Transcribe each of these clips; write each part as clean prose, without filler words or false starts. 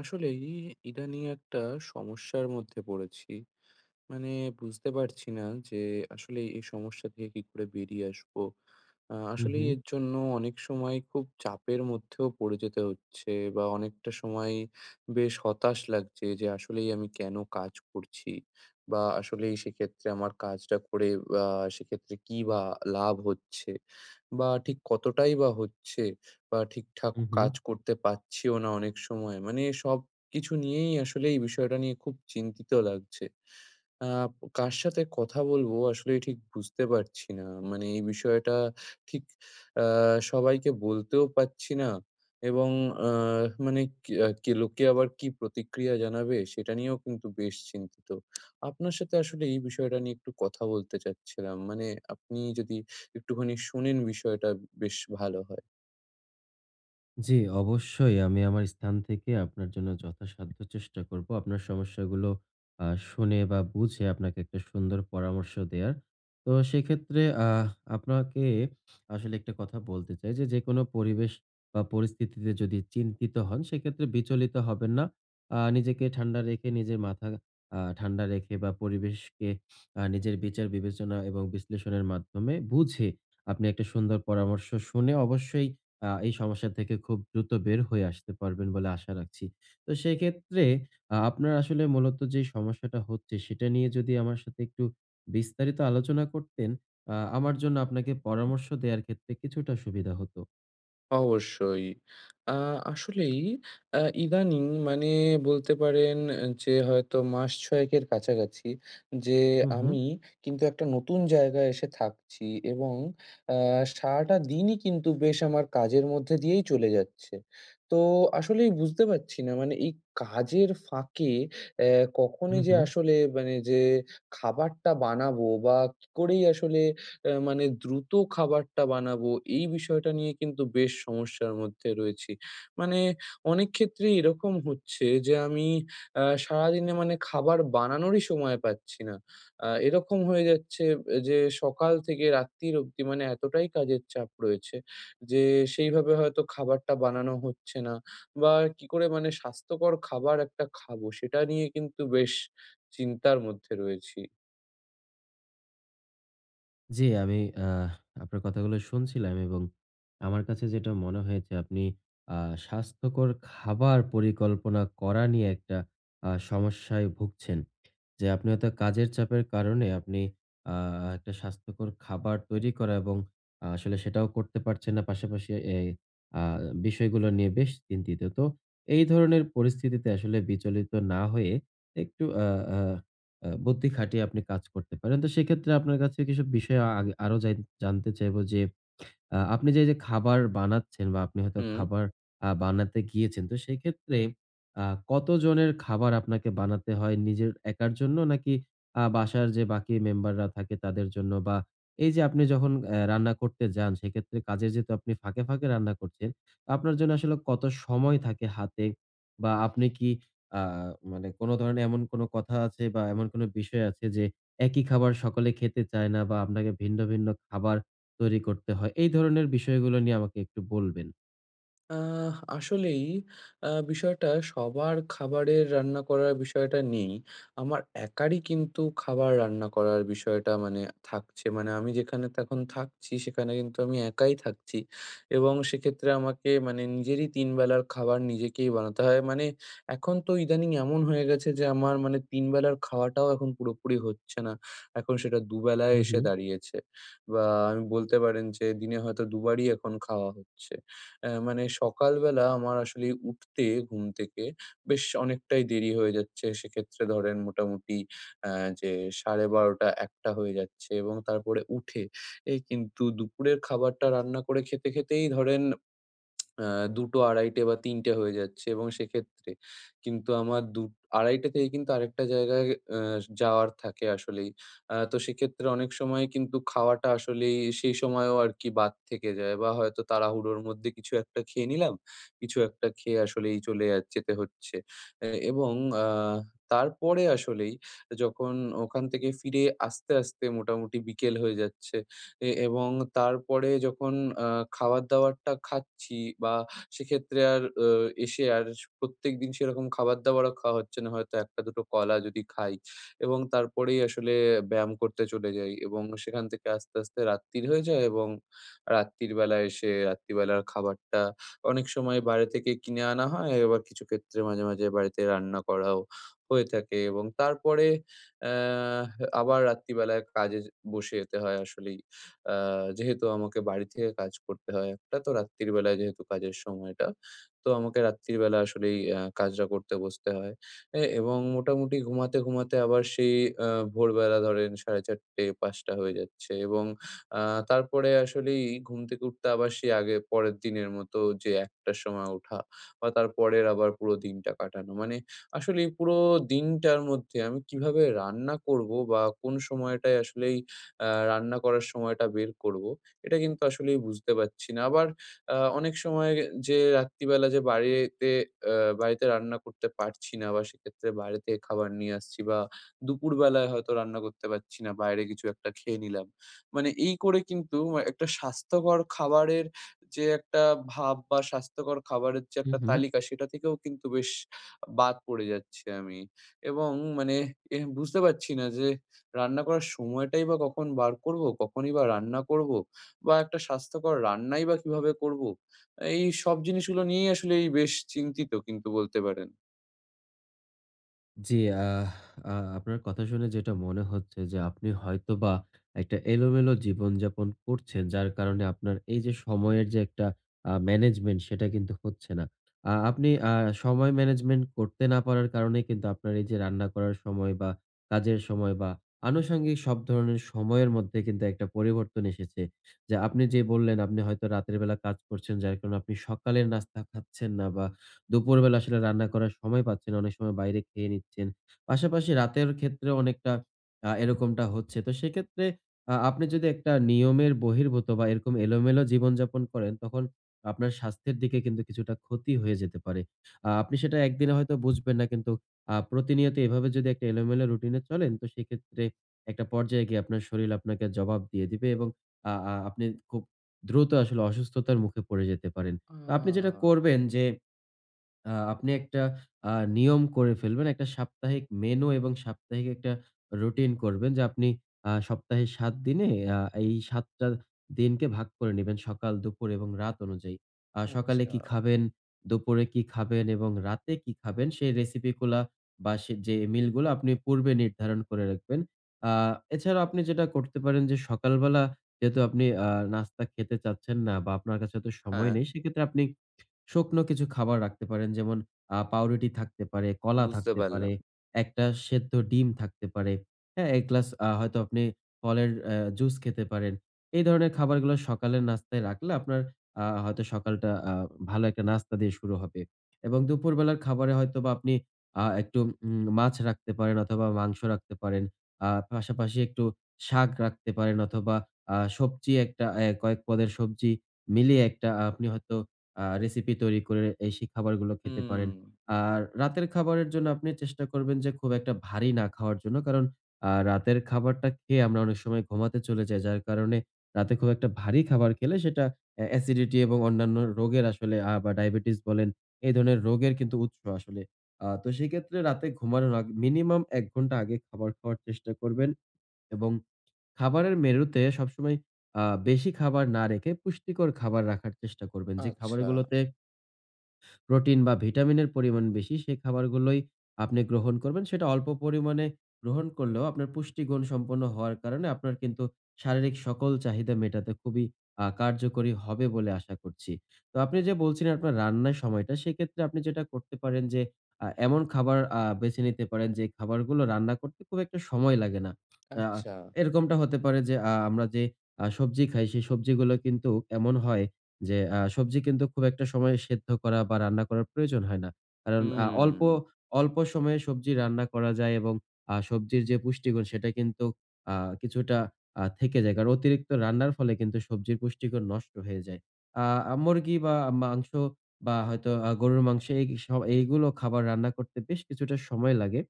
আসলেই ইদানিং একটা সমস্যার মধ্যে পড়েছি। মানে বুঝতে পারছি না যে আসলে এই সমস্যা থেকে কি করে বেরিয়ে আসবো। হুম, আসলে হুম, এর জন্য অনেক সময় খুব চাপের মধ্যেও পড়ে যেতে হচ্ছে বা অনেকটা সময় বেশ হতাশ লাগছে যে আসলেই আমি কেন কাজ করছি? বা আসলেই সেক্ষেত্রে আমার কাজটা করে আ সেক্ষেত্রে কি বা লাভ হচ্ছে? বা ঠিক কতটাই বা হচ্ছে? বা ঠিকঠাক হুম, হুম। কাজ করতে পারছিও না অনেক সময়। মানে সবকিছু নিয়েই আসলে এই বিষয়টা নিয়ে খুব চিন্তিত লাগছে। আ কার সাথে কথা বলবো আসলেই ঠিক বুঝতে পারছি না। মানে এই বিষয়টা ঠিক আ সবাইকে বলতেও পারছি না এবং আ মানে কি কে লোকে আবার কি প্রতিক্রিয়া জানাবে সেটা নিয়েও কিন্তু বেশ চিন্তিত। আপনার সাথে আসলে এই বিষয়টা নিয়ে একটু কথা বলতে চাচ্ছিলাম। মানে আপনি যদি একটুখানি শোনেন, বিষয়টা বেশ ভালো হয়। জি, অবশ্যই আমি আমার স্থান থেকে আপনার জন্য যথাসাধ্য চেষ্টা করব। আপনার সমস্যাগুলো আ শুনে বা বুঝে আপনাকে একটা সুন্দর পরামর্শ দেয়ার। তো সেক্ষেত্রে আহ আপনাকে আসলে একটা কথা বলতে চাই যে, যেকোনো পরিবেশ বা পরিস্থিতিতে যদি চিন্তিত হন সেক্ষেত্রে বিচলিত হবেন না। নিজেকে ঠান্ডা রেখে নিজের মাথা ঠান্ডা রেখে বা পরিবেশকে নিজের বিচার বিবেচনা এবং বিশ্লেষণের মাধ্যমে বুঝে আপনি একটা সুন্দর পরামর্শ শুনে অবশ্যই এই সমস্যা থেকে খুব দ্রুত বের হয়ে আসতে পারবেন বলে আশা রাখছি। তো সেক্ষেত্রে আপনার আসলে মূলত যে সমস্যাটা হচ্ছে সেটা নিয়ে যদি আমার সাথে একটু বিস্তারিত আলোচনা করতেন, আমার জন্য আপনাকে পরামর্শ দেওয়ার ক্ষেত্রে কিছুটা সুবিধা হতো। অবশ্যই। আ আসলেই ইদানিং মানে বলতে পারেন যে হয়তো মাস ৬ এর কাছাকাছি যে হু, হু, আমি কিন্তু একটা নতুন জায়গায় এসে থাকছি এবং আ সারাটা দিনই কিন্তু বেশ আমার কাজের মধ্যে দিয়েই চলে যাচ্ছে। তো আসলেই বুঝতে পারছি না মানে এই কাজের ফাঁকে অ্যা হু, কখনই যে হু। আসলে মানে যে খাবারটা বানাবো বা কি করেই আসলে মানে দ্রুত খাবারটা বানাবো, এই বিষয়টা নিয়ে কিন্তু বেশ সমস্যার মধ্যে রয়েছি। মানে অনেক ক্ষেত্রেই এরকম হচ্ছে যে আমি সারাদিনে মানে খাবার বানানোরই সময় পাচ্ছি না। এরকম হয়ে যাচ্ছে যে সকাল থেকে রাত্তির অবধি মানে এতটাই কাজের চাপ রয়েছে যে সেইভাবে হয়তো খাবারটা বানানো হচ্ছে না বা কি করে মানে স্বাস্থ্যকর খাবার একটা খাবো সেটা নিয়ে কিন্তু বেশ চিন্তার মধ্যে রয়েছি। জি, আমি আহ আপনার কথাগুলো শুনছিলাম এবং আমার কাছে যেটা মনে হয়েছে আপনি স্বাস্থ্যকর খাবার পরিকল্পনা করা নিয়ে একটা সমস্যায় ভুগছেন। যে আপনি হয়তো কাজের চাপের কারণে আপনি একটা স্বাস্থ্যকর খাবার তৈরি করা এবং আসলে সেটাও করতে পারছেন না। পাশাপাশি এই আহ বিষয়গুলো নিয়ে বেশ চিন্তিত। তো এই ধরনের পরিস্থিতিতে আসলে বিচলিত না হয়ে একটু আহ আহ আ বুদ্ধি খাটিয়ে আপনি কাজ করতে পারেন। তো সেক্ষেত্রে আপনার কাছে কিসব বিষয়ে আগে আরো জানতে চাইবো যে, আপনি যে খাবার বানাচ্ছেন বা আপনি হয়তো হুম। খাবার বানাতে গিয়েছেন। তো সেক্ষেত্রে আ কতজনের খাবার আপনাকে বানাতে হয় নিজের একার জন্য? নাকি বাসার যে বাকি মেম্বাররা থাকে তাদের জন্য? বা এই যে আপনি যখন রান্না করতে যান সেক্ষেত্রে কাজে যেহেতু আপনি ফাঁকে, ফাঁকে রান্না করছেন, তো আপনার জন্য আসলে কত সময় থাকে হাতে? বা আপনি কি আ মানে কোন ধরনের এমন কোন কথা আছে বা এমন কোন বিষয় আছে যে একই খাবার সকলে খেতে চায় না বা আপনাকে ভিন্ন, ভিন্ন খাবার তৈরি করতে হয়। এই ধরনের বিষয়গুলো নিয়ে আমাকে একটু বলবেন। আসলেই বিষয়টা সবার খাবারের রান্না করার বিষয়টা নেই, আমার একারই কিন্তু খাবার রান্না করার বিষয়টা মানে থাকছে। মানে আমি যেখানে এখন থাকছি সেখানে কিন্তু আমি একাই থাকছি এবং সেক্ষেত্রে আমাকে মানে নিজেরই তিন বেলার খাবার নিজেকেই বানাতে হয়। মানে এখন তো ইদানিং এমন হয়ে গেছে যে আমার মানে তিন বেলার খাওয়াটাও এখন পুরোপুরি হচ্ছে না, এখন সেটা দুবেলায় হু, এসে হু, দাঁড়িয়েছে। বা আমি বলতে পারেন যে দিনে হয়তো দুবারই এখন খাওয়া হচ্ছে। মানে সকালবেলা আমার আসলে উঠতে ঘুম থেকে বেশ অনেকটাই দেরি হয়ে যাচ্ছে। সেক্ষেত্রে ধরেন মোটামুটি অ্যা যে ১২:৩০-১টা হয়ে যাচ্ছে এবং তারপরে উঠে কিন্তু দুপুরের খাবারটা রান্না করে খেতে, খেতেই ধরেন আ ২ঃ০০, ২ঃ৩০ বা ৩ঃ০০ হয়ে যাচ্ছে, এবং সেক্ষেত্রে কিন্তু আমার ২ঃ৩০ থেকে কিন্তু আরেকটা জায়গায় আ যাওয়ার থাকে আসলেই। তো সেক্ষেত্রে অনেক সময় কিন্তু খাওয়াটা আসলেই সেই সময়ও আরকি বাদ থেকে যায় বা হয়তো তাড়াহুড়োর মধ্যে কিছু একটা খেয়ে নিলাম। কিছু একটা খেয়ে আসলেই চলে যেতে হচ্ছে। এবং আ তারপরে আসলেই যখন ওখান থেকে ফিরে আসতে, আসতে মোটামুটি বিকেল হয়ে যাচ্ছে। এবং তারপরে যখন আ খাবার-দাবারটা খাচ্ছি বা সেক্ষেত্রে আর এসে আর প্রত্যেকদিন সেরকম খাবার-দাবারও খাওয়া হচ্ছে না। হয়তো ১টা টা ২টো টো কলা যদি খাই এবং তারপরেই আসলে ব্যায়াম করতে চলে যাই এবং সেখান থেকে আস্তে, আস্তে রাত্তির হয়ে যায়। এবং রাত্তির বেলা এসে রাত্রিবেলার খাবারটা অনেক সময় বাইরে থেকে কিনে আনা হয়। আবার কিছু ক্ষেত্রে মাঝে, মাঝে বাড়িতে রান্না করাও হয়ে থাকে এবং তারপরে অ্যা আবার রাত্রিবেলায় কাজে বসে যেতে হয় আসলেই। আ যেহেতু আমাকে বাড়ি থেকে কাজ করতে হয় একটা, তো রাত্রির বেলায় যেহেতু কাজের সময়টা, তো আমাকে রাত্রির বেলা আসলেই কাজটা করতে বসতে হয়। এবং মোটামুটি ঘুমাতে, ঘুমাতে আবার সেই আ ভোরবেলা ধরেন 4:30-5টা হয়ে যাচ্ছে এবং আ তারপরে আসলেই ঘুম থেকে উঠতে আবার সেই আগে পরের দিনের মতো যে 1টার সময় ওঠা, বা তারপরের আবার পুরো দিনটা কাটানো। মানে আসলেই পুরো দিনটার মধ্যে আমি কিভাবে রান্না করব বা কোন সময়টায় আসলেই রান্না করার সময়টা বের করব। এটা কিন্তু আসলেই বুঝতে পারছি না। আবার অনেক সময় যে রাত্রিবেলা যে বাড়িতে আ বাড়িতে রান্না করতে পারছি না বা সেক্ষেত্রে বাইরে থেকে খাবার নিয়ে আসছি বা দুপুরবেলায় হয়তো রান্না করতে পারছি না, বাইরে কিছু একটা খেয়ে নিলাম। মানে এই করে কিন্তু একটা স্বাস্থ্যকর খাবারের যে একটা ভাব বা স্বাস্থ্যকর খাবারের যে হু, একটা হু। তালিকা সেটা থেকেও কিন্তু বেশ বাদ পড়ে যাচ্ছি আমি, এবং মানে বুঝতে পারছি না যে রান্না করার সময়টাই বা কখন বার করব? কখনই বা রান্না করব? বা একটা স্বাস্থ্যকর রান্নাই বা কিভাবে করব? এই সব জিনিসগুলো নিয়েই আসলেই বেশ চিন্তিত কিন্তু বলতে পারেন। জি, আহ আ আপনার কথা শুনে যেটা মনে হচ্ছে যে আপনি হয়তোবা একটা এলোমেলো জীবনযাপন করছেন। যার কারণে আপনার এই যে সময়ের যে একটা ম্যানেজমেন্ট সেটা কিন্তু হচ্ছে না। আপনি সময় ম্যানেজমেন্ট করতে না পারার কারণে কিন্তু আপনার এই যে রান্না করার সময় বা কাজের সময় বা আনুষঙ্গিক সব ধরনের সময়ের মধ্যে কিন্তু একটা পরিবর্তন এসেছে। যে আপনি যে বললেন আপনি হয়তো রাতের বেলা কাজ করছেন যার কারণে আপনি সকালের নাস্তা খাচ্ছেন না বা দুপুরবেলা আসলে রান্না করার সময় পাচ্ছেন, অনেক সময় বাইরে খেয়ে নিচ্ছেন। পাশাপাশি রাতের ক্ষেত্রেও অনেকটা এরকমটা হচ্ছে। তো সেক্ষেত্রে আপনি যদি একটা নিয়মের বহির্ভূত বা এরকম এলোমেলো জীবনযাপন করেন, তখন আপনার স্বাস্থ্যের দিকে কিন্তু কিছুটা ক্ষতি হয়ে যেতে পারে। আপনি সেটা একদিনে হয়তো বুঝবেন না, কিন্তু প্রতিনিয়ত এভাবে যদি একটা এলোমেলো রুটিনে চলেন, তো সেক্ষেত্রে একটা পর্যায়ে গিয়ে আপনার শরীর আপনাকে জবাব দিয়ে দিবে এবং আ আ আপনি খুব দ্রুত আসলে অসুস্থতার মুখে পড়ে যেতে পারেন। তো আপনি যেটা আ করবেন যে আপনি একটা আ নিয়ম করে ফেলবেন। একটা সাপ্তাহিক মেনু এবং সাপ্তাহিক একটা রুটিন করবেন, যে আপনি সপ্তাহে ৭ দিনে আ এই ৭ টা দিনকে ভাগ করে নিবেন সকাল, দুপুর এবং রাত অনুযায়ী। সকালে আচ্ছা। কি খাবেন, দুপুরে কি খাবেন এবং রাতে কি খাবেন সেই রেসিপি গুলা বা সে যে মিল গুলো আপনি পূর্বে নির্ধারণ করে রাখবেন। আ এছাড়াও আপনি যেটা করতে পারেন যে সকালবেলা যেহেতু আপনি নাস্তা খেতে চাচ্ছেন না বা আপনার কাছে তো সময় হ্যাঁ, নেই, সেক্ষেত্রে আপনি শুকনো কিছু খাবার রাখতে পারেন, যেমন পাউরুটি থাকতে পারে, কলা বুঝতে থাকতে পারে, পারলাম। একটা সেদ্ধ ডিম থাকতে পারে। হ্যাঁ? ১ গ্লাস হয়তো আপনি ফলের জুস খেতে পারেন। এই ধরনের খাবারগুলো সকালের নাস্তায় রাখলে আপনার হয়তো সকালটা ভালো একটা নাস্তা দিয়ে শুরু হবে। এবং দুপুরবেলার খাবারে হয়তোবা আপনি একটু মাছ রাখতে পারেন অথবা মাংস রাখতে পারেন। পাশাপাশি একটু শাক রাখতে পারেন অথবা সবজি একটা কয়েক পদের সবজি মিলিয়ে একটা আপনি হয়তো রেসিপি তৈরি করে এই সেই খাবারগুলো খেতে হুম। পারেন। আর রাতের খাবারের জন্য আপনি চেষ্টা করবেন যে খুব একটা ভারী না খাওয়ার জন্য। কারণ রাতের খাবারটা খেয়ে আমরা অনেক সময় ঘুমাতে চলে যাই। যার কারণে রাতে খুব একটা ভারী খাবার খেলে সেটা অ্যাসিডিটি এবং অন্যান্য রোগের আসলে বা ডায়াবেটিস বলেন, এই ধরনের রোগের কিন্তু উৎস আসলে। তো সেক্ষেত্রে রাতে ঘুমানোর আগ মিনিমাম ১ ঘন্টা আগে খাবার খাওয়ার চেষ্টা করবেন এবং খাবারের মেনুতে সবসময় আ বেশি খাবার না রেখে পুষ্টিকর খাবার রাখার চেষ্টা করবেন। যে আচ্ছা, খাবারগুলোতে প্রোটিন বা ভিটামিনের পরিমাণ বেশি সেই খাবারগুলোই আপনি গ্রহণ করবেন। সেটা অল্প পরিমাণে গ্রহণ করলেও আপনার পুষ্টিগুণ সম্পন্ন হওয়ার কারণে আপনার কিন্তু শারীরিক সকল চাহিদা মেটাতে খুবই কার্যকরী হবে বলে আশা করছি। তো আপনি যে বলছিলেন আপনার রান্নার সময়টা, সেক্ষেত্রে আপনি যেটা করতে পারেন যে এমন খাবার বেছে নিতে পারেন যে খাবারগুলো রান্না করতে খুব একটা সময় লাগে না। আ আচ্ছা। এরকমটা হতে পারে যে আমরা যে সবজি খাই সেই সবজিগুলো কিন্তু এমন হয় যে সবজি কিন্তু খুব একটা সময় সেদ্ধ করা বা রান্না করার প্রয়োজন হয় না। কারণ অল্প, হুম। অল্প সময়ে সবজি রান্না করা যায় এবং সবজির যে পুষ্টিগুণ সেটা কিন্তু আ কিছুটা থেকে যায়। কারণ অতিরিক্ত রান্নার ফলে কিন্তু সবজির পুষ্টিগুণ নষ্ট হয়ে যায়। আ মুরগি বা মাংস বা হয়তো গরুর মাংস, এই স এইগুলো খাবার রান্না করতে বেশ কিছুটা সময় লাগে।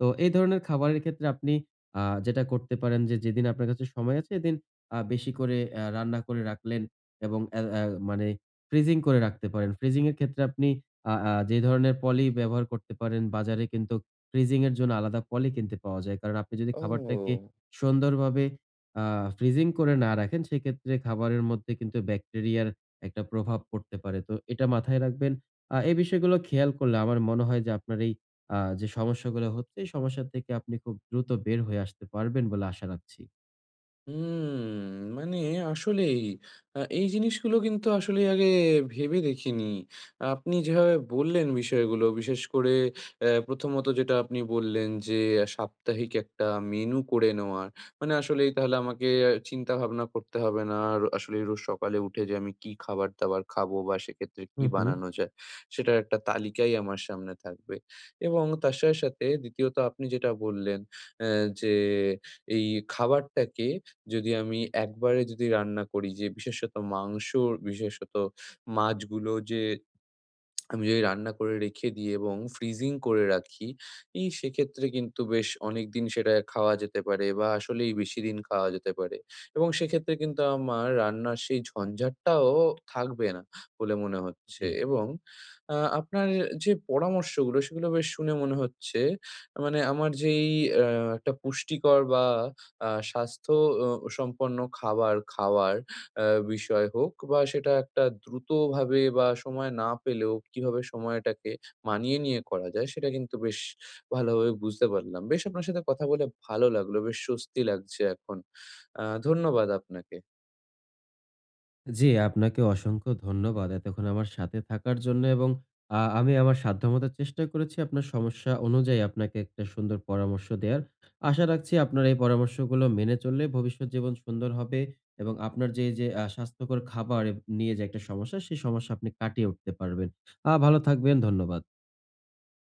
তো এই ধরনের খাবারের ক্ষেত্রে আপনি যেটা করতে পারেন যে, যেদিন আপনার কাছে সময় আছে এদিন বেশি করে রান্না করে রাখলেন এবং অ্যা অ্যা মানে ফ্রিজিং করে রাখতে পারেন। ফ্রিজিং এর ক্ষেত্রে আপনি আ আ যে ধরনের পলি ব্যবহার করতে পারেন, বাজারে কিন্তু ফ্রিজিং এর জন্য আলাদা পলি কিনতে পাওয়া যায়। কারণ আপনি যদি খাবারটাকে ও! সুন্দরভাবে আ ফ্রিজিং করে না রাখেন, সেক্ষেত্রে খাবারের মধ্যে কিন্তু ব্যাকটেরিয়ার একটা প্রভাব পড়তে পারে। তো এটা মাথায় রাখবেন। এই বিষয়গুলো খেয়াল করলে আমার মনে হয় যে আপনার এই যে সমস্যাগুলো হচ্ছে, এই সমস্যা থেকে আপনি খুব দ্রুত বের হয়ে আসতে পারবেন বলে আশা রাখছি। হুম, মানে আসলেই এই জিনিসগুলো কিন্তু আসলে আগে ভেবে দেখিনি। আপনি যেভাবে বললেন বিষয়গুলো, বিশেষ করে প্রথমত যেটা আপনি বললেন যে সাপ্তাহিক একটা মেনু করে নেওয়ার। মানে আসলেই তাহলে আমাকে চিন্তাভাবনা করতে হবে না, আর আসলেই রোজ সকালে উঠে যে আমি কি খাবার-দাবার খাবো বা সেক্ষেত্রে হু, কি হু। বানানো যায়, সেটার একটা তালিকাই আমার সামনে থাকবে। এবং তার সাথে, সাথে দ্বিতীয়ত আপনি যেটা বললেন অ্যা যে এই খাবারটাকে যদি আমি একবারে যদি রান্না করি, যে বিশেষত মাংস, বিশেষত মাছগুলো যে আমি যদি রান্না করে রেখে দিই এবং ফ্রিজিং করে রাখি, সেক্ষেত্রে কিন্তু বেশ অনেকদিন সেটা খাওয়া যেতে পারে বা আসলেই বেশিদিন খাওয়া যেতে পারে। এবং সেক্ষেত্রে কিন্তু আমার রান্নার সেই ঝঞ্ঝাটটাও থাকবে না বলে মনে হচ্ছে। জি। এবং আপনার যে পরামর্শগুলো সেগুলো বেশ শুনে মনে হচ্ছে, মানে আমার যেই আ একটা পুষ্টিকর বা স্বাস্থ্য সম্পন্ন খাবার খাওয়ার আ বিষয় হোক, বা সেটা একটা দ্রুতভাবে বা সময় না পেলেও কিভাবে সময়টাকে মানিয়ে নিয়ে করা যায় সেটা কিন্তু বেশ ভালোভাবে বুঝতে পারলাম। বেশ আপনার সাথে কথা বলে ভালো লাগলো। বেশ স্বস্তি লাগছে এখন। ধন্যবাদ আপনাকে। জি, আপনাকে অসংখ্য ধন্যবাদ এতক্ষণ আমার সাথে থাকার জন্য এবং আমি আমার সাধ্যমত চেষ্টা করেছি আপনার সমস্যা অনুযায়ী আপনাকে একটা সুন্দর পরামর্শ দেয়ার। আশা রাখছি আপনার এই পরামর্শগুলো মেনে চললে ভবিষ্যৎ জীবন সুন্দর হবে এবং আপনার যে স্বাস্থ্যকর খাবার নিয়ে যে একটা সমস্যা, সেই সমস্যা আপনি কাটিয়ে উঠতে পারবেন। ভালো থাকবেন। ধন্যবাদ।